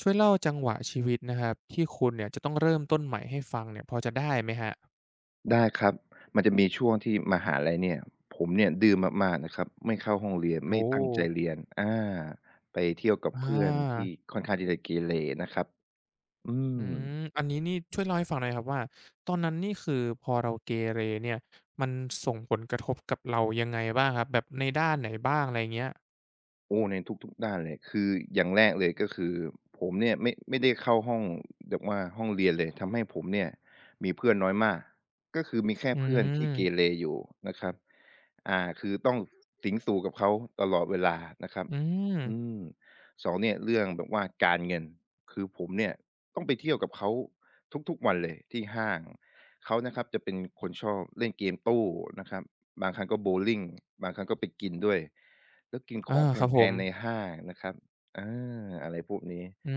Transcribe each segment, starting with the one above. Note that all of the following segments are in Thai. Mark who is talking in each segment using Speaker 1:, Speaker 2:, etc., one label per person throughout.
Speaker 1: ช่วยเล่าจังหวะชีวิตนะครับที่คุณเนี่ยจะต้องเริ่มต้นใหม่ให้ฟังเนี่ยพอจะได้ไหมครับ
Speaker 2: ได้ครับ มันจะมีช่วงที่มหาลัยเนี่ย ผมเนี่ยดื้อมากๆนะครับไม่เข้าห้องเรียน ไม่
Speaker 1: โอ้
Speaker 2: ตั้งใจเรียนไปเที่ยวกับ
Speaker 1: อ
Speaker 2: เพื่อนที่
Speaker 1: า
Speaker 2: ค่อนข้างที่จะเกเรนะครับอื
Speaker 1: อื
Speaker 2: ม
Speaker 1: มอันนี้นี่ช่วยเล่าให้ฟังหน่อยครับว่าตอนนั้นนี่คือพอเราเกเรเนี่ยมันส่งผลกระทบกับเรายังไงบ้างครับแบบในด้านไหนบ้างอะไรอย่างเงี้ย
Speaker 2: โอ้ในทุกๆด้านเลยคืออย่างแรกเลยก็คือผมเนี่ยไม่ได้เข้าห้องแบบว่าห้องเรียนเลยทำให้ผมเนี่ยมีเพื่อนน้อยมากก็คือมีแค่
Speaker 1: อื
Speaker 2: เพื่อนที่เก
Speaker 1: ม
Speaker 2: เรอยู่นะครับอ่าคือต้องสิงสู่กับเขาตลอดเวลานะครับ
Speaker 1: อืม
Speaker 2: อืมสองเนี่ยเรื่องแบบว่าการเงินคือผมเนี่ยต้องไปเที่ยวกับเขาทุกๆวันเลยที่ห้างเขานะครับจะเป็นคนชอบเล่นเกมตู้นะครับ บางครั้งก็โบว์ลิ่งบางครั้งก็ไปกินด้วยแล้วกินข
Speaker 1: อา
Speaker 2: องแ
Speaker 1: ครับ
Speaker 2: พ
Speaker 1: ผม
Speaker 2: งๆในห้างนะครับอาอะไรพวกนี้
Speaker 1: อื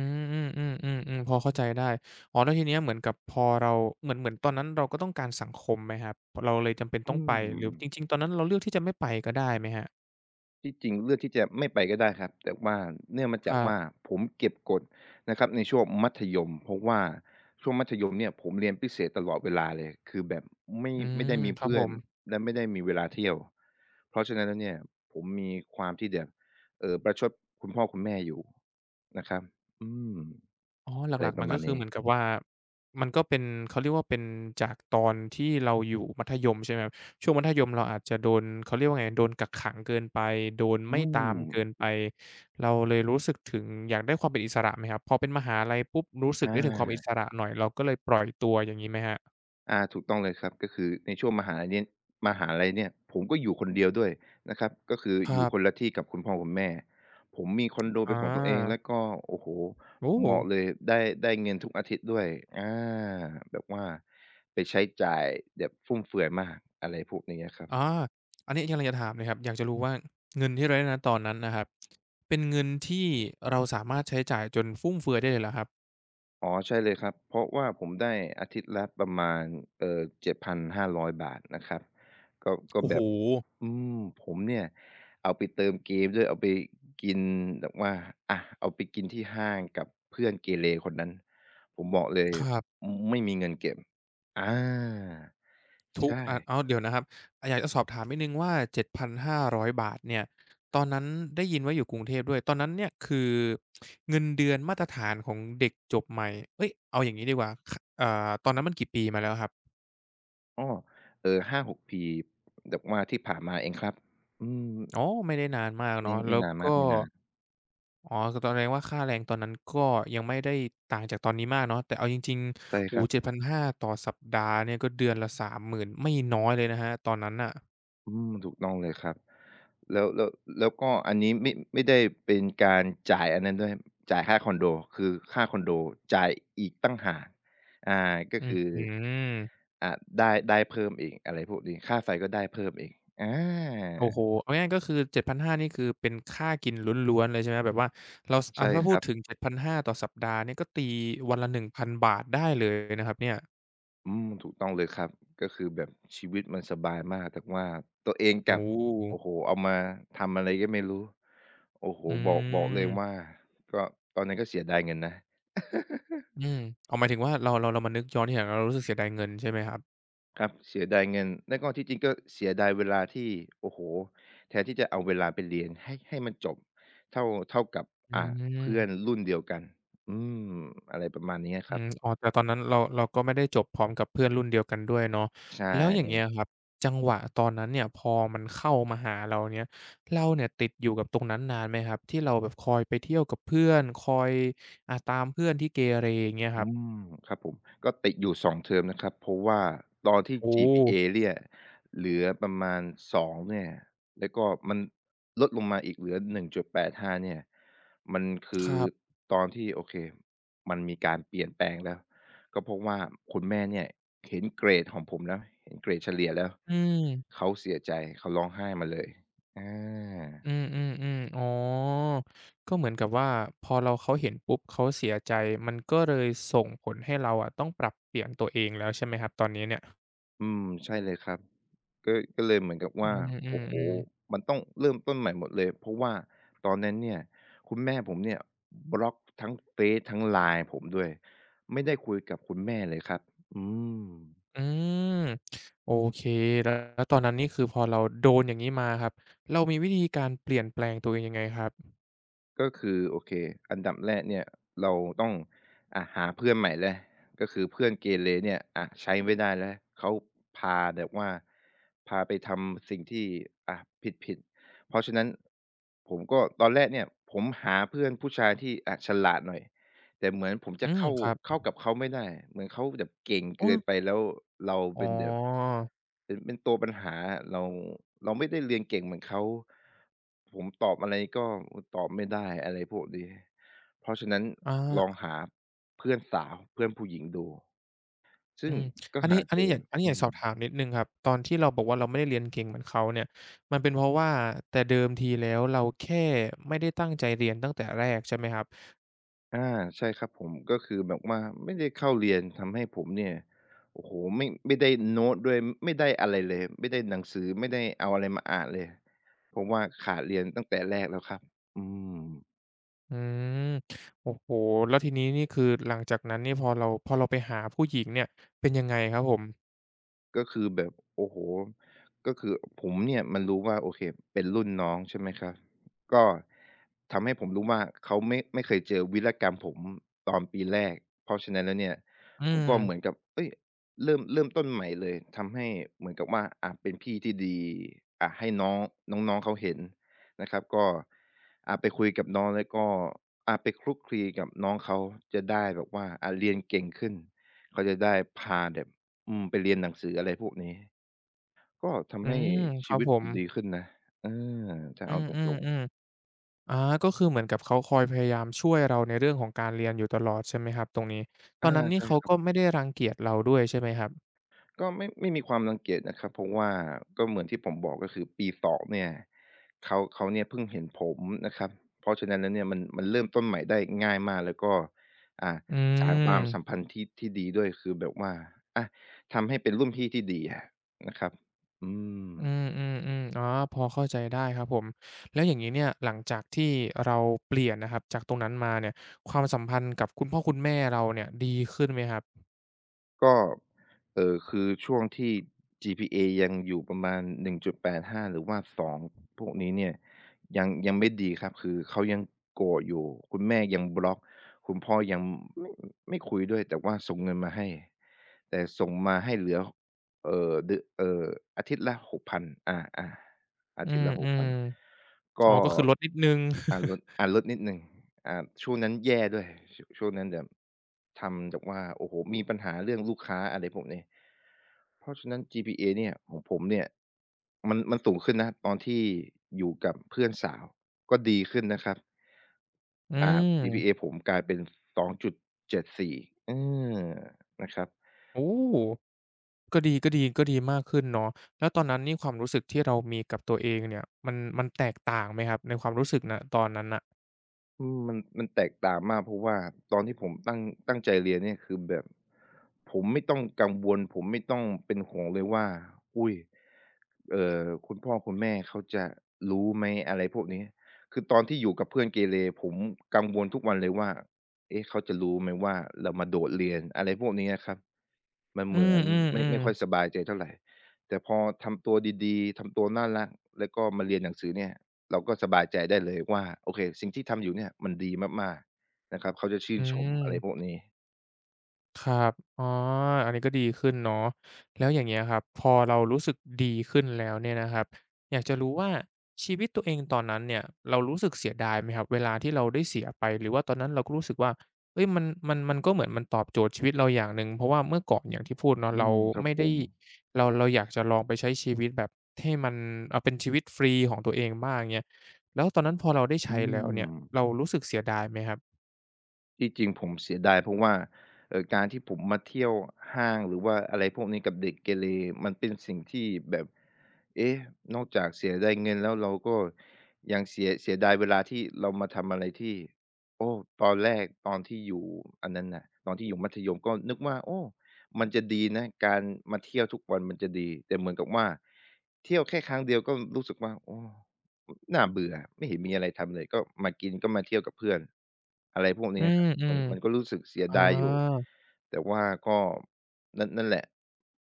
Speaker 1: มๆๆๆๆพอเข้าใจได้อ๋อแล้วทีเนี้ยเหมือนกับพอเราเหมือนเหมือนตอนนั้นเราก็ต้องการสังคมไหมครับเราเลยจำเป็น
Speaker 2: อื
Speaker 1: ต้องไปหรือ
Speaker 2: ม
Speaker 1: จริงๆตอนนั้นเราเลือกที่จะไม่ไปก็ได้ไหมครับ
Speaker 2: ที่จริงเลือกที่จะไม่ไปก็ได้ครับแต่ว่าเนื่องมา
Speaker 1: ค
Speaker 2: จาก
Speaker 1: รั
Speaker 2: ว่า
Speaker 1: บ
Speaker 2: ผมเก็บกฎนะครับในช่วงมัธยมเพราะว่าช่วงมัธยมเนี่ยผมเรียนพิเศษตลอดเวลาเลยคือแบบไม่
Speaker 1: อื
Speaker 2: ไม่
Speaker 1: ม
Speaker 2: ได้มี
Speaker 1: ครับ
Speaker 2: เพื่
Speaker 1: ผ
Speaker 2: อน
Speaker 1: ม
Speaker 2: และไม่ได้มีเวลาเที่ยวเพราะฉะนั้นแล้วเนี่ยผมมีความที่แบบประชดคุณพ่อคุณแม่อยู่นะครับอืม
Speaker 1: อ๋อห
Speaker 2: อะไร
Speaker 1: ลัก
Speaker 2: ป
Speaker 1: ๆมั
Speaker 2: ระ
Speaker 1: น
Speaker 2: มา
Speaker 1: ก็
Speaker 2: ณ
Speaker 1: คือ
Speaker 2: นี้
Speaker 1: เหมือนกับว่ามันก็เป็นเขาเรียกว่าเป็นจากตอนที่เราอยู่มัธยมใช่ไหมครับช่วงมัธยมเราอาจจะโดนเขาเรียกว่าไงโดนกักขังเกินไปโดน
Speaker 2: อื
Speaker 1: ไม่
Speaker 2: ม
Speaker 1: ตามเกินไปเราเลยรู้สึกถึงอยากได้ความเป็นอิสระไหมครับพอเป็นมหาลัยปุ๊บรู้สึก
Speaker 2: อา
Speaker 1: ได้ถึงความอิสระหน่อยเราก็เลยปล่อยตัวอย่างงี้ไหมครับ
Speaker 2: อาถูกต้องเลยครับ ก็คือในช่วงมหาลัยเนี่ยมหาลัยเนี่ยผมก็อยู่คนเดียวด้วยนะครับ ก็คือ
Speaker 1: ค
Speaker 2: อยู่
Speaker 1: รั
Speaker 2: คน
Speaker 1: บ
Speaker 2: ละที่กับคุณพ่อคุณแม่ ผมมีคอนโด
Speaker 1: อา
Speaker 2: เป็นของตัวเองแล้วก็โอ้โฮ
Speaker 1: โอ้
Speaker 2: ผมบอกเลยได้เงินทุกอาทิตย์ด้วยอาแบบว่าไปใช้จ่ายแบบฟุ่มเฟือยมากอะไรพวกนี้อะครั
Speaker 1: อา
Speaker 2: บ
Speaker 1: อันนี้กำลังจะถามเลยครับอยากจะรู้ว่าเงินที่เราได้ณตอนนั้นนะครับเป็นเงินที่เราสามารถใช้จ่ายจนฟุ่มเฟือยได้เลยเหรอครับ
Speaker 2: อ๋อใช่เลยครับเพราะว่าผมได้อาทิตย์ละประมาณเอ่อ7,500บาทนะครับก็
Speaker 1: โอ้
Speaker 2: แบ
Speaker 1: โฮ
Speaker 2: บอืมผมเนี่ยเอาไปเติมเกมด้วยเอาไปกินแบบว่าอะเอาไปกินที่ห้างกับเพื่อนเกเรคนนั้นผมบอกเลย
Speaker 1: ครับ
Speaker 2: อมไม่มีเงินเก็บอา
Speaker 1: ทุก
Speaker 2: ใช่
Speaker 1: อ้าวเดี๋ยวนะครับอาอยากจะสอบถามนิดหนึ่งว่าเจ็ดพันห้าร้อยบาทเนี่ยตอนนั้นได้ยินว่าอยู่กรุงเทพด้วยตอนนั้นเนี่ยคือเงินเดือนมาตรฐานของเด็กจบใหม่เฮ้ยเอาอย่างงี้ดีกว่าคอ่าตอนนั้นมันกี่ปีมาแล้วครับ
Speaker 2: อ้อเอ่อห6ปีแบบว่าที่ผ่านมาเองครับอืม
Speaker 1: อ๋อไม่ได้นานมาก
Speaker 2: ไม่
Speaker 1: เนาะแล้
Speaker 2: ไม่
Speaker 1: ว
Speaker 2: นาน
Speaker 1: ก็
Speaker 2: มากไม่นาน
Speaker 1: อ๋อคือตอนแรงว่าค่าแรงตอนนั้นก็ยังไม่ได้ต่างจากตอนนี้มากเนาะแต่เอาจริง
Speaker 2: ใช่
Speaker 1: ๆ
Speaker 2: ค
Speaker 1: โอ้โฮ
Speaker 2: รั
Speaker 1: เจ็ด
Speaker 2: บ
Speaker 1: พันห้าต่อสัปดาห์เนี่ยก็เดือนละสามหมื่นไม่น้อยเลยนะครับตอนนั้นน่ะ
Speaker 2: อืมถูกต้องเลยครับ แล้วแล้วแล้วก็อันนี้ไม่ได้เป็นการจ่ายอันนั้นด้วยจ่ายค่าคอนโดคือค่าคอนโดจ่ายอีกต่างหากอาก็
Speaker 1: อื้อ
Speaker 2: คือ
Speaker 1: ฮือ
Speaker 2: อ่าได้เพิ่มอีกอะไรพวกนี้ค่าไฟก็ได้เพิ่มอีกอา
Speaker 1: โอ้โฮเอาง่ายๆก็คือ7 5พันห้านี่คือเป็นค่ากินล้วนๆเลยใช่ไหมแบบว่าเราสอ่า
Speaker 2: ใช่
Speaker 1: ถ้า
Speaker 2: ค
Speaker 1: พู
Speaker 2: รั
Speaker 1: ด
Speaker 2: บ
Speaker 1: ถึงเจ็ดพันห้าต่อสัปดาห์เนี่ยก็ตีวันละหนึ่งพันบาทได้เลยนะครับเนี่ย
Speaker 2: อืมถูกต้องเลยครับก็คือแบบชีวิตมันสบายมากแต่ว่าตัวเองกลั
Speaker 1: โอ้
Speaker 2: บ
Speaker 1: โฮ
Speaker 2: โอ้โฮเอามาทำอะไรก็ไม่รู้โอ้โฮ
Speaker 1: อื
Speaker 2: บอกเลยว่า
Speaker 1: ม
Speaker 2: ก็ตอนนั้นก็เสียดายเงินนะ
Speaker 1: อืมอ๋อหมายถึงว่าเรามานึกย้อนทีหลังเรารู้สึกเสียดายเงินใช่ไหมครับ
Speaker 2: ครับเสียดายเงินแล้วก็ที่จริงก็เสียดายเวลาที่โอ้โฮแทนที่จะเอาเวลาไปเรียนให้มันจบเท่าเท่ากับ
Speaker 1: อื
Speaker 2: อ่า
Speaker 1: ม
Speaker 2: เพื่อนรุ่นเดียวกันอืมอะไรประมาณเนี้ยค
Speaker 1: อื
Speaker 2: รับ
Speaker 1: มอ๋อแต่ตอนนั้นเราก็ไม่ได้จบพร้อมกับเพื่อนรุ่นเดียวกันด้วยเนาะ
Speaker 2: ใช่
Speaker 1: แล้วอย่างเงี้ยครับ จังหวะตอนนั้นเนี่ยพอมันเข้ามาหาเราเนี่ยเราเนี่ยติดอยู่กับตรงนั้นนานไหมครับที่เราแบบคอยไปเที่ยวกับเพื่อนคอยอ่าตามเพื่อนที่เกเรอย่างเงี้ยค
Speaker 2: อื
Speaker 1: รับ
Speaker 2: มครับผมก็ติดอยู่2เทอมนะครับเพราะว่าตอนที่
Speaker 1: โอ้
Speaker 2: GPA เนี่ยเหลือประมาณ2เนี่ยแล้วก็มันลดลงมาอีกเหลือ1.85เนี่ยมันคื
Speaker 1: ค
Speaker 2: อ
Speaker 1: รับ
Speaker 2: ตอนที่โอเคมันมีการเปลี่ยนแปลงแล้วก็เพราะว่าคุณแม่เนี่ยเห็นเกรดของผมแล้วเห็นเกรดเฉลี่ยแล้ว
Speaker 1: อืม
Speaker 2: เขาเสียใจเขาร้องไห้มาเลยอา
Speaker 1: อืมๆๆอ๋อก็เหมือนกับว่าพอเราเขาเห็นปุ๊บเขาเสียใจมันก็เลยส่งผลให้เราอะต้องปรับเปลี่ยนตัวเองแล้วใช่ไหมครับตอนนี้เนี่ย
Speaker 2: อืมใช่เลยครับก็เลยเหมือนกับว่า
Speaker 1: อื
Speaker 2: โอ้โฮ
Speaker 1: อๆๆ
Speaker 2: มันต้องเริ่มต้นใหม่หมดเลยเพราะว่าตอนนั้นเนี่ยคุณแม่ผมเนี่ยบล็อกทั้งเฟซทั้ง LINE ผมด้วยไม่ได้คุยกับคุณแม่เลยครับอืม
Speaker 1: อืมโอเคแล้วแล้วตอนนั้นนี่คือพอเราโดนอย่างงี้มาครับเรามีวิธีการเปลี่ยนแปลงตัวเองยังไงครับ
Speaker 2: ก็คือโอเคอันดับแรกเนี่ยเราต้องอ่ะหาเพื่อนใหม่แล้วก็คือเพื่อนเกเรเนี่ยอ่ะใช้ไม่ได้แล้วเขาพาแบบว่าพาไปทำสิ่งที่อ่ะผิดๆเพราะฉะนั้นผมก็ตอนแรกเนี่ยผมหาเพื่อนผู้ชายที่อ่ะฉลาดหน่อย แต่เหมือนผม
Speaker 1: อื
Speaker 2: จะ
Speaker 1: ม
Speaker 2: เข้า
Speaker 1: ครับ
Speaker 2: เข้ากับเขาไม่ได้เหมือนเขาแบบเก่งเกิ
Speaker 1: โอ้
Speaker 2: นไปแล้วเรา
Speaker 1: อ๋อ
Speaker 2: เป็นแบบเป็นตัวปัญหาเราเราไม่ได้เรียนเก่งเหมือนเขาผมตอบอะไรก็ตอบไม่ได้อะไรพวกนี้เพราะฉะนั้นลอง
Speaker 1: อา
Speaker 2: หาเพื่อนสาวเพื่อนผู้หญิงดู
Speaker 1: อื
Speaker 2: ซึ่ง
Speaker 1: ม
Speaker 2: ก็
Speaker 1: อัน
Speaker 2: หา
Speaker 1: นี้อัน
Speaker 2: เจ
Speaker 1: นี้
Speaker 2: อ
Speaker 1: อยากอันนี้อ
Speaker 2: อื
Speaker 1: ยาก
Speaker 2: ม
Speaker 1: สอบถามนิดหนึ่งครับตอนที่เราบอกว่าเราไม่ได้เรียนเก่งเหมือนเขาเนี่ยมันเป็นเพราะว่าแต่เดิมทีแล้วเราแค่ไม่ได้ตั้งใจเรียนตั้งแต่แรกใช่ไหมครับ
Speaker 2: อาใช่ครับผมก็คือแบบว่าไม่ได้เข้าเรียนทำให้ผมเนี่ยโอ้โฮไม่ได้โน้ตด้วยไม่ได้อะไรเลยไม่ได้หนังสือไม่ได้เอาอะไรมาอ่านเลยเพราะว่าขาดเรียนตั้งแต่แรกแล้วครับอืม
Speaker 1: อืมโอ้โฮแล้วทีนี้นี่คือหลังจากนั้นนี่พอเราไปหาผู้หญิงเนี่ยเป็นยังไงครับผม
Speaker 2: ก็คือแบบโอ้โฮก็คือผมเนี่ยมันรู้ว่าโอเคเป็นรุ่นน้องใช่ไหมครับก็ทำให้ผมรู้ว่าเขาไม่เคยเจอวีรกรรมผมตอนปีแรกเพราะฉะนั้นแล้วเนี่ย
Speaker 1: อื
Speaker 2: ผม
Speaker 1: ม
Speaker 2: ก็เหมือนกับเฮ้ยเริ่มต้นใหม่เลยทำให้เหมือนกับว่าอาเป็นพี่ที่ดีอาให้น้องน้องๆเขาเห็นนะครับก็อาไปคุยกับน้องแล้วก็อาไปคลุกคลีกับน้องเขาจะได้แบบว่าอาเรียนเก่งขึ้นเขาจะได้พาแบบ ไปเรียนหนังสืออะไรพวกนี้ก็
Speaker 1: อื
Speaker 2: ทำให้
Speaker 1: มค
Speaker 2: ชี
Speaker 1: รับ
Speaker 2: วิต
Speaker 1: ผ
Speaker 2: ผ
Speaker 1: ม
Speaker 2: มดีขึ้นนะเออถ้า
Speaker 1: อื
Speaker 2: เอา
Speaker 1: ม
Speaker 2: ตร
Speaker 1: อืม
Speaker 2: ง
Speaker 1: อม
Speaker 2: ๆ
Speaker 1: อาก็คือเหมือนกับเขาคอยพยายามช่วยเราในเรื่องของการเรียนอยู่ตลอดใช่ไหมครับตรงนี้ตอ
Speaker 2: อา
Speaker 1: นนั้นนี่
Speaker 2: ใช่
Speaker 1: เขา
Speaker 2: ครับ
Speaker 1: ก็ไม่ได้รังเกียจเราด้วยใช่ไหมครับ
Speaker 2: ก็ไม่มีความรังเกียจนะครับเพราะว่าก็เหมือนที่ผมบอกก็คือปี2เนี่ยเขาเนี่ยเพิ่งเห็นผมนะครับเพราะฉะนั้นแล้วเนี่ยมันเริ่มต้นใหม่ได้ง่ายมากแล้วก็อ่า
Speaker 1: อื
Speaker 2: สานความสัม
Speaker 1: ม
Speaker 2: พันธ์ที่ที่ดีด้วยคือแบบว่าอะทำให้เป็นรุ่นพี่ที่ดีอะนะครับอืม
Speaker 1: อืมๆๆอ๋อพอเข้าใจได้ครับผมแล้วอย่างงี้เนี่ยหลังจากที่เราเปลี่ยนนะครับจากตรงนั้นมาเนี่ยความสัมพันธ์กับคุณพ่อคุณแม่เราเนี่ยดีขึ้นไหมครับ
Speaker 2: ก็คือช่วงที่ GPA ยังอยู่ประมาณ1.85หาหรือว่า2พวกนี้เนี่ยยังไม่ดีครับคือเขายังโกรธอยู่คุณแม่ยังบล็อกคุณพ่อยังไม่ไม่คุยด้วยแต่ว่าส่งเงินมาให้แต่ส่งมาให้เหลือเอ่อเดือเอ่ออาทิตย์ละ6,000อาๆ อา
Speaker 1: อื
Speaker 2: ทิตย์
Speaker 1: ม
Speaker 2: ละ6,000กพัน
Speaker 1: ๆอ๋
Speaker 2: ก็
Speaker 1: อก็คือลดนิดหนึ่ง
Speaker 2: ลดลดนิดหนึ่งช่วงนั้นแย่ด้วยช่วงนั้นแบบทำแบบว่าโอ้โฮมีปัญหาเรื่องลูกค้าอะไรพวกนี้เพราะฉะนั้น GPA เนี่ยของผมเนี่ยมันสูงขึ้นนะตอนที่อยู่กับเพื่อนสาวก็ดีขึ้นนะครับ
Speaker 1: อื
Speaker 2: อ่า GPA
Speaker 1: ม
Speaker 2: ผมกลายเป็น2.74เจ็ดสี่เออนะครับ
Speaker 1: โอ้ ก็ดีมากขึ้นเนาะแล้วตอนนั้นนี่ความรู้สึกที่เรามีกับตัวเองเนี่ยมันมันแตกต่างไหมครับในความรู้สึกณตอนนั้นน่ะ
Speaker 2: อืมมันแตกต่างมากเพราะว่าตอนที่ผมตั้งใจเรียนเนี่ยคือแบบผมไม่ต้องกังวลผมไม่ต้องเป็นห่วงเลยว่าอุ๊ยเอ่อคุณพ่อคุณแม่เขาจะรู้ไหมอะไรพวกนี้คือตอนที่อยู่กับเพื่อนเกเรผมกังวลทุกวันเลยว่าเอ๊ะเขาจะรู้ไหมว่าเรามาโดดเรียนอะไรพวกนี้อะครับมัน
Speaker 1: อื
Speaker 2: เหมือนไม่
Speaker 1: ม
Speaker 2: ไม่ค่
Speaker 1: ๆ
Speaker 2: อยส
Speaker 1: ๆ
Speaker 2: บายใจเท่าไรแต่พอทำตัวดีๆทำตัวน่ารักแล้วก็มาเรียนหนังสือเนี่ย เราก็สบายใจได้เลยว่าโอเคสิ่งที่ทำอยู่เนี่ยมันดีมากๆนะครับเขาจะชื่
Speaker 1: อื
Speaker 2: นชมอะไรพวก
Speaker 1: ม
Speaker 2: นี้
Speaker 1: ครับอ๋ออันนี้ก็ดีขึ้นเนาะแล้วอย่างเงี้ยครับพอเรารู้สึกดีขึ้นแล้วเนี่ยนะครับ อยากจะรู้ว่าชีวิตตัวเองตอนนั้นเนี่ย เรารู้สึกเสียดายไหมครับเวลาที่เราได้เสียไป หรือว่าตอนนั้นเราก็รู้สึกว่าเฮ้ยมันก็เหมือนมันตอบโจทย์ชีวิตเราอย่างหนึ่งเพราะว่าเมื่อก่อนอย่างที่พูดเนาะ
Speaker 2: อื
Speaker 1: เรา
Speaker 2: มครับ
Speaker 1: ไม่
Speaker 2: ผ
Speaker 1: ได้
Speaker 2: ม
Speaker 1: เราอยากจะลองไปใช้ชีวิตแบบให้มันเอาเป็นชีวิตฟรีของตัวเองบ้างเงี้ยแล้วตอนนั้นพอเราได้
Speaker 2: อื
Speaker 1: ใช้แล้วเนี่ยเรา
Speaker 2: ม
Speaker 1: รู้สึกเสียดายไหมครับ
Speaker 2: ที่จริงผมเสียดายเพราะว่าการที่ผมมาเที่ยวห้างหรือว่าอะไรพวกนี้กับเด็กเกเรมันเป็นสิ่งที่แบบเอ๊ะนอกจากเสียดายเงินแล้วเราก็ยังเสียดายเวลาที่เรามาทำอะไรที่โอ้ตอนแรกตอนที่อยู่อันนั้นน่ะตอนที่อยู่มัธยมก็นึกว่าโอ้มันจะดีนะการมาเที่ยวทุกวันมันจะดีแต่เหมือนกับว่าเที่ยวแค่ครั้งเดียวก็รู้สึกว่าโอ้ น่าเบื่อไม่เห็นมีอะไรทำเลยก็มากินก็มาเที่ยวกับเพื่อนอะไรพวก
Speaker 1: อื
Speaker 2: นี้อะครับมั
Speaker 1: ม
Speaker 2: นมันก็รู้สึกเสี
Speaker 1: ๆ
Speaker 2: ย
Speaker 1: อา
Speaker 2: ดายอยู่แต่ว่าก็นั่นนั่นแหละ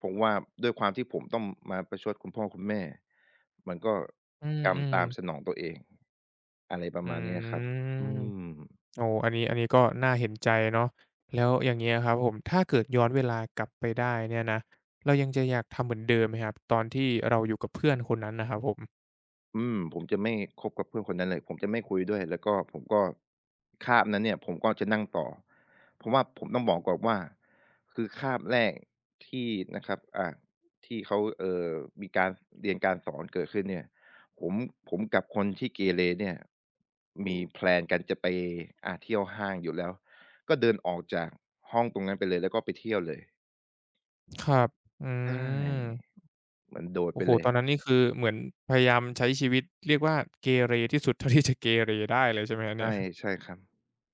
Speaker 2: ผมว่าด้วยความที่ผมต้องมาประชดคุณพ่อคุณแม่มันก็
Speaker 1: อื
Speaker 2: กรรม
Speaker 1: ม
Speaker 2: ตามส
Speaker 1: ๆ
Speaker 2: นองตัวเองอะไรประ
Speaker 1: อื
Speaker 2: มาณนี้อะครับ
Speaker 1: ม
Speaker 2: อืม
Speaker 1: โอ้อันนี้ก็น่าเห็นใจเนาะแล้วอย่างเงี้ยครับผมถ้าเกิดย้อนเวลากลับไปได้เนี่ยนะเรายังจะอยากทำเหมือนเดิมไหมครับตอนที่เราอยู่กับเพื่อนคนนั้นน่ะครับผม
Speaker 2: อืมผมจะไม่คบกับเพื่อนคนนั้นเลยผมจะไม่คุยด้วยแล้วก็ผมก็คาบนั้นเนี่ยผมก็จะนั่งต่อเพราะว่าผมต้องบอกก่อนว่าคือคาบแรกที่นะครับที่เขามีการเรียนการสอนเกิดขึ้นเนี่ยผมผมกับคนที่เกเรเนี่ยมีแพลนกันจะไปเที่ยวห้างอยู่แล้วก็เดินออกจากห้องตรงนั้นไปเลยแล้วก็ไปเที่ยวเลย
Speaker 1: ครับอื
Speaker 2: ใช
Speaker 1: ม
Speaker 2: ่เหมือนโดด
Speaker 1: โอ้
Speaker 2: ไป
Speaker 1: โฮ
Speaker 2: เลย
Speaker 1: ตอนนั้นนี่คือเหมือนพยายามใช้ชีวิตเรียกว่าเกเรที่สุดเท่าที่จะเกเรได้เลยใช่ไหมครับเนี่
Speaker 2: ใช่
Speaker 1: ย
Speaker 2: ใช่ครับ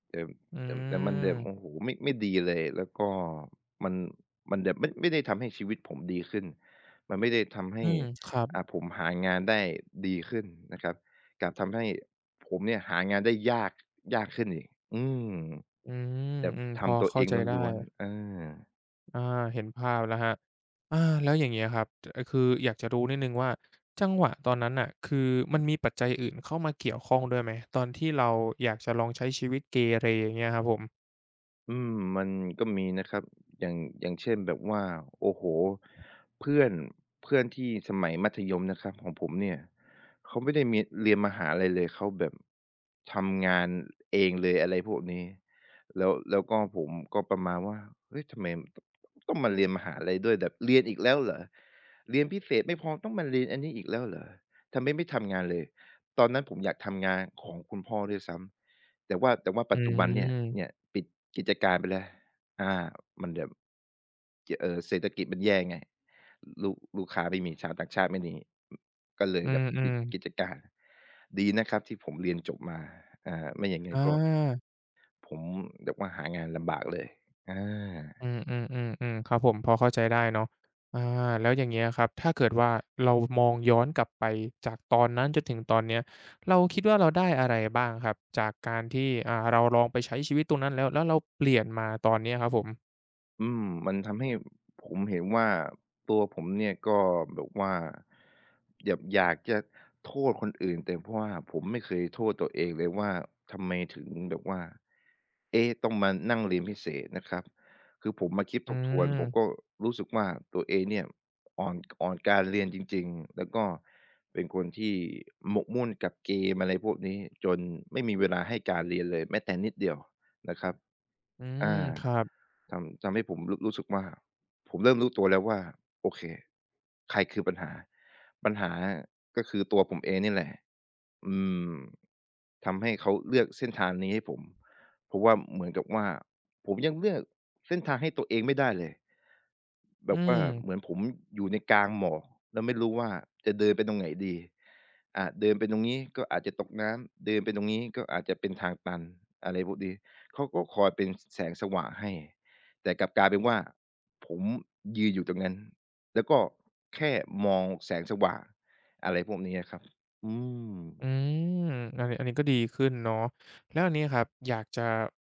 Speaker 2: แต่
Speaker 1: อื
Speaker 2: แต่มันแบบโอ้โฮ
Speaker 1: ม
Speaker 2: ไม่ดีเลยแล้วก็มันมันแบบไม่ได้ทำให้ชีวิตผมดีขึ้นมันไม่ได้ทำ
Speaker 1: อื
Speaker 2: ให้
Speaker 1: มครับ
Speaker 2: ผมหางานได้ดีขึ้นนะครับกลับทำให้ผมเนี่ยหางานได้ยากขึ้นอีกอืม
Speaker 1: อืม
Speaker 2: แบบ
Speaker 1: อืมพอ
Speaker 2: ทำตัวเอ
Speaker 1: เข้า
Speaker 2: ง
Speaker 1: ใจได้
Speaker 2: ล้วนๆเออ
Speaker 1: อาเห็นภาพแล้วครับอาแล้วอย่างเงี้ยครับคืออยากจะรู้นิดหนึ่งว่าจังหวะตอนนั้นน่ะคือมันมีปัจจัยอื่นเข้ามาเกี่ยวข้องด้วยไหม ตอนที่เราอยากจะลองใช้ชีวิตเกเรอย่างเงี้ยครับผม
Speaker 2: อืมมันก็มีนะครับอย่างเช่นแบบว่าโอ้โฮเพื่อนเพื่อนที่สมัยมัธยมนะครับของผมเนี่ยเขาไม่ได้มีเรียนมหาลัยเลยเขาแบบทำงานเองเลยอะไรพวกนี้แล้วก็ผมก็ประมาณว่าเฮ้ยทำไมตต้องมาเรียนมหาลัยด้วยแบบเรียนอีกแล้วเหรอเรียนพิเศษไม่พอต้องมาเรียนอันนี้อีกแล้วเหรอทำไมไม่ทำงานเลยตอนนั้นผมอยากทำงานของคุณพ่อด้วยซ้ำ แต่ว่า
Speaker 1: อื
Speaker 2: ปัจจุบันเนี่ยเนี่ย
Speaker 1: ม
Speaker 2: ปิดกิจการไปแล้วอามันแบบจเอ่อเศรษฐกิจมันแย่ไงลูกค้าไม่มีชาวต่างชาติไม่มีก็เลย
Speaker 1: อื
Speaker 2: แบบปิ
Speaker 1: ม
Speaker 2: ดกิ
Speaker 1: ๆ
Speaker 2: จการดีนะครับที่ผมเรียนจบมาไม่อย่างงั้
Speaker 1: อ
Speaker 2: นก็
Speaker 1: า
Speaker 2: ผมแบบว่าหางานลำบากเลยอา
Speaker 1: อืมๆๆๆครับผมพอเข้าใจได้เนาะอาแล้วอย่างเงี้ยครับถ้าเกิดว่าเรามองย้อนกลับไปจากตอนนั้นจนถึงตอนเนี้ยเราคิดว่าเราได้อะไรบ้างครับจากการที่เราลองไปใช้ชีวิตตรงนั้นแล้วเราเปลี่ยนมาตอนเนี้ยครับผม
Speaker 2: อืมมันทำให้ผมเห็นว่าตัวผมเนี่ยก็แบบว่าอยากจะโทษคนอื่นแต่เพราะว่าผมไม่เคยโทษตัวเองเลยว่าทำไมถึงแบบว่าเอ๊ะต้องมานั่งเรียนพิเศษนะครับคือผมมาคิด
Speaker 1: อื
Speaker 2: ทบทวนผมก็
Speaker 1: ม
Speaker 2: รู้สึกว่าตัวเองเนี่ยอ่อนอ่อนการเรียนจริงๆแล้วก็เป็นคนที่หมกมุ่นกับเกมอะไรพวกนี้จนไม่มีเวลาให้การเรียนเลยแม้แต่นิดเดียวนะครับ
Speaker 1: อืม
Speaker 2: อา
Speaker 1: ครับ
Speaker 2: ทำให้ผมรู้สึกว่าผมเริ่มรู้ตัวแล้วว่าโอเคใครคือปัญหาปัญหาก็คือตัวผมเองนี่แหละอืมทำให้เขาเลือกเส้นทางนี้ให้ผมเพราะว่าเหมือนกับว่าผมยังเลือกเส้นทางให้ตัวเองไม่ได้เลยแบ
Speaker 1: อื
Speaker 2: บว่า
Speaker 1: ม
Speaker 2: เหมือนผมอยู่ในกลางหมอกแล้วไม่รู้ว่าจะเดินไปตรงไหนดีอาเดินไปตรงนี้ก็อาจจะตกน้ำเดินไปตรงนี้ก็อาจจะเป็นทางตันอะไรพวกนี้เขาก็คอยเป็นแสงสว่างให้ แต่กลับกลายเป็นว่าผมยืนอยู่ตรงนั้นแล้วก็แค่มองแสงสว่างอะไรพวกนี้อะครับอืม
Speaker 1: อืมอันนี้ก็ดีขึ้นเนาะแล้วอันนี้ครับ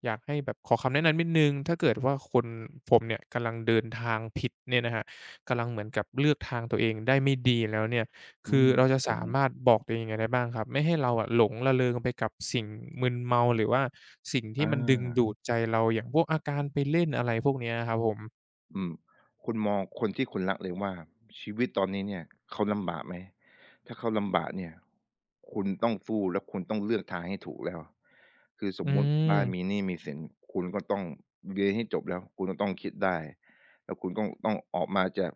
Speaker 1: อยากให้แบบขอคำแนะนำนิดหนึ่งถ้าเกิดว่าคนผมเนี่ยกำลังเดินทางผิดเนี่ยนะครับกำลังเหมือนกับเลือกทางตัวเองได้ไม่ดีแล้วเนี่ย
Speaker 2: อื
Speaker 1: คือ
Speaker 2: ม
Speaker 1: เรา
Speaker 2: ครับ
Speaker 1: จะ
Speaker 2: ผ
Speaker 1: สา
Speaker 2: ม
Speaker 1: มารถบอกตัวเองยังไงได้บ้างครับไม่ให้เราอะหลงระเริงไปกับสิ่งมึนเมาหรือว่าสิ่งที่
Speaker 2: อา
Speaker 1: มันดึงดูดใจเราอย่างพวกอาการไปเล่นอะไรพวกเนี้ยครับผม
Speaker 2: อืมคุณมองคนที่คุณรักเลยว่าชีวิตตอนนี้เนี่ยเขาลำบากไหมถ้าเขาลำบากเนี่ยคุณต้องสู้และคุณต้องเลือกทางให้ถูกแล้วคือสม
Speaker 1: อื
Speaker 2: มุติบ้านมีห
Speaker 1: ม
Speaker 2: นี้มีสินคุณก็ต้องเรียนให้จบแล้วคุณก็ต้องคิดได้แล้วคุณก็ต้องออกมาจาก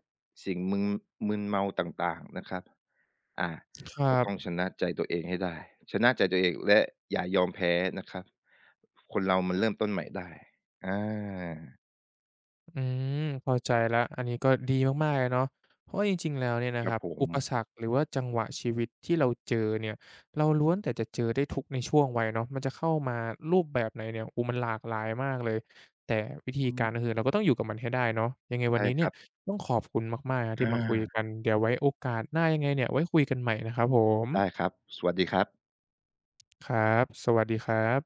Speaker 2: สิ่งมึนเมาต่างๆนะครับอา
Speaker 1: ครั
Speaker 2: ก็ต้องช
Speaker 1: บ
Speaker 2: นะใจตัวเองให้ได้ชนะใจตัวเองและอย่ายอมแพ้นะครับคนเรามันเริ่มต้นใหม่ได้อา
Speaker 1: อืมเข้าใจแล้วอันนี้ก็ดีมากๆเลยเนาะเพราะว่าจริงๆแล้วเนี่ย
Speaker 2: ค
Speaker 1: นะค
Speaker 2: รับ
Speaker 1: รับ
Speaker 2: ผม
Speaker 1: อุปสรรคหรือว่าจังหวะชีวิตที่เราเจอเนี่ยเราล้วนแต่จะเจอได้ทุกในช่วงวัยเนาะมันจะเข้ามารูปแบบไหนเนี่ยอ้มันหลากหลายมากเลยแต่วิธี
Speaker 2: อื
Speaker 1: การก็
Speaker 2: ม
Speaker 1: คือเราก็ต้องอยู่กับมันให้ได้เนาะยังไงวัน
Speaker 2: ใช่
Speaker 1: นี้
Speaker 2: ค
Speaker 1: เนี่ย
Speaker 2: รับ
Speaker 1: ต้องขอบคุณมากๆนะที่
Speaker 2: อา
Speaker 1: มาคุยกันเดี๋ยวไว้โอกาสหน้ายังไงเนี่ยไว้คุยกันใหม่นะครับผม
Speaker 2: ได้ครับ สวัสดีครับ
Speaker 1: ครับสวัสดีครับ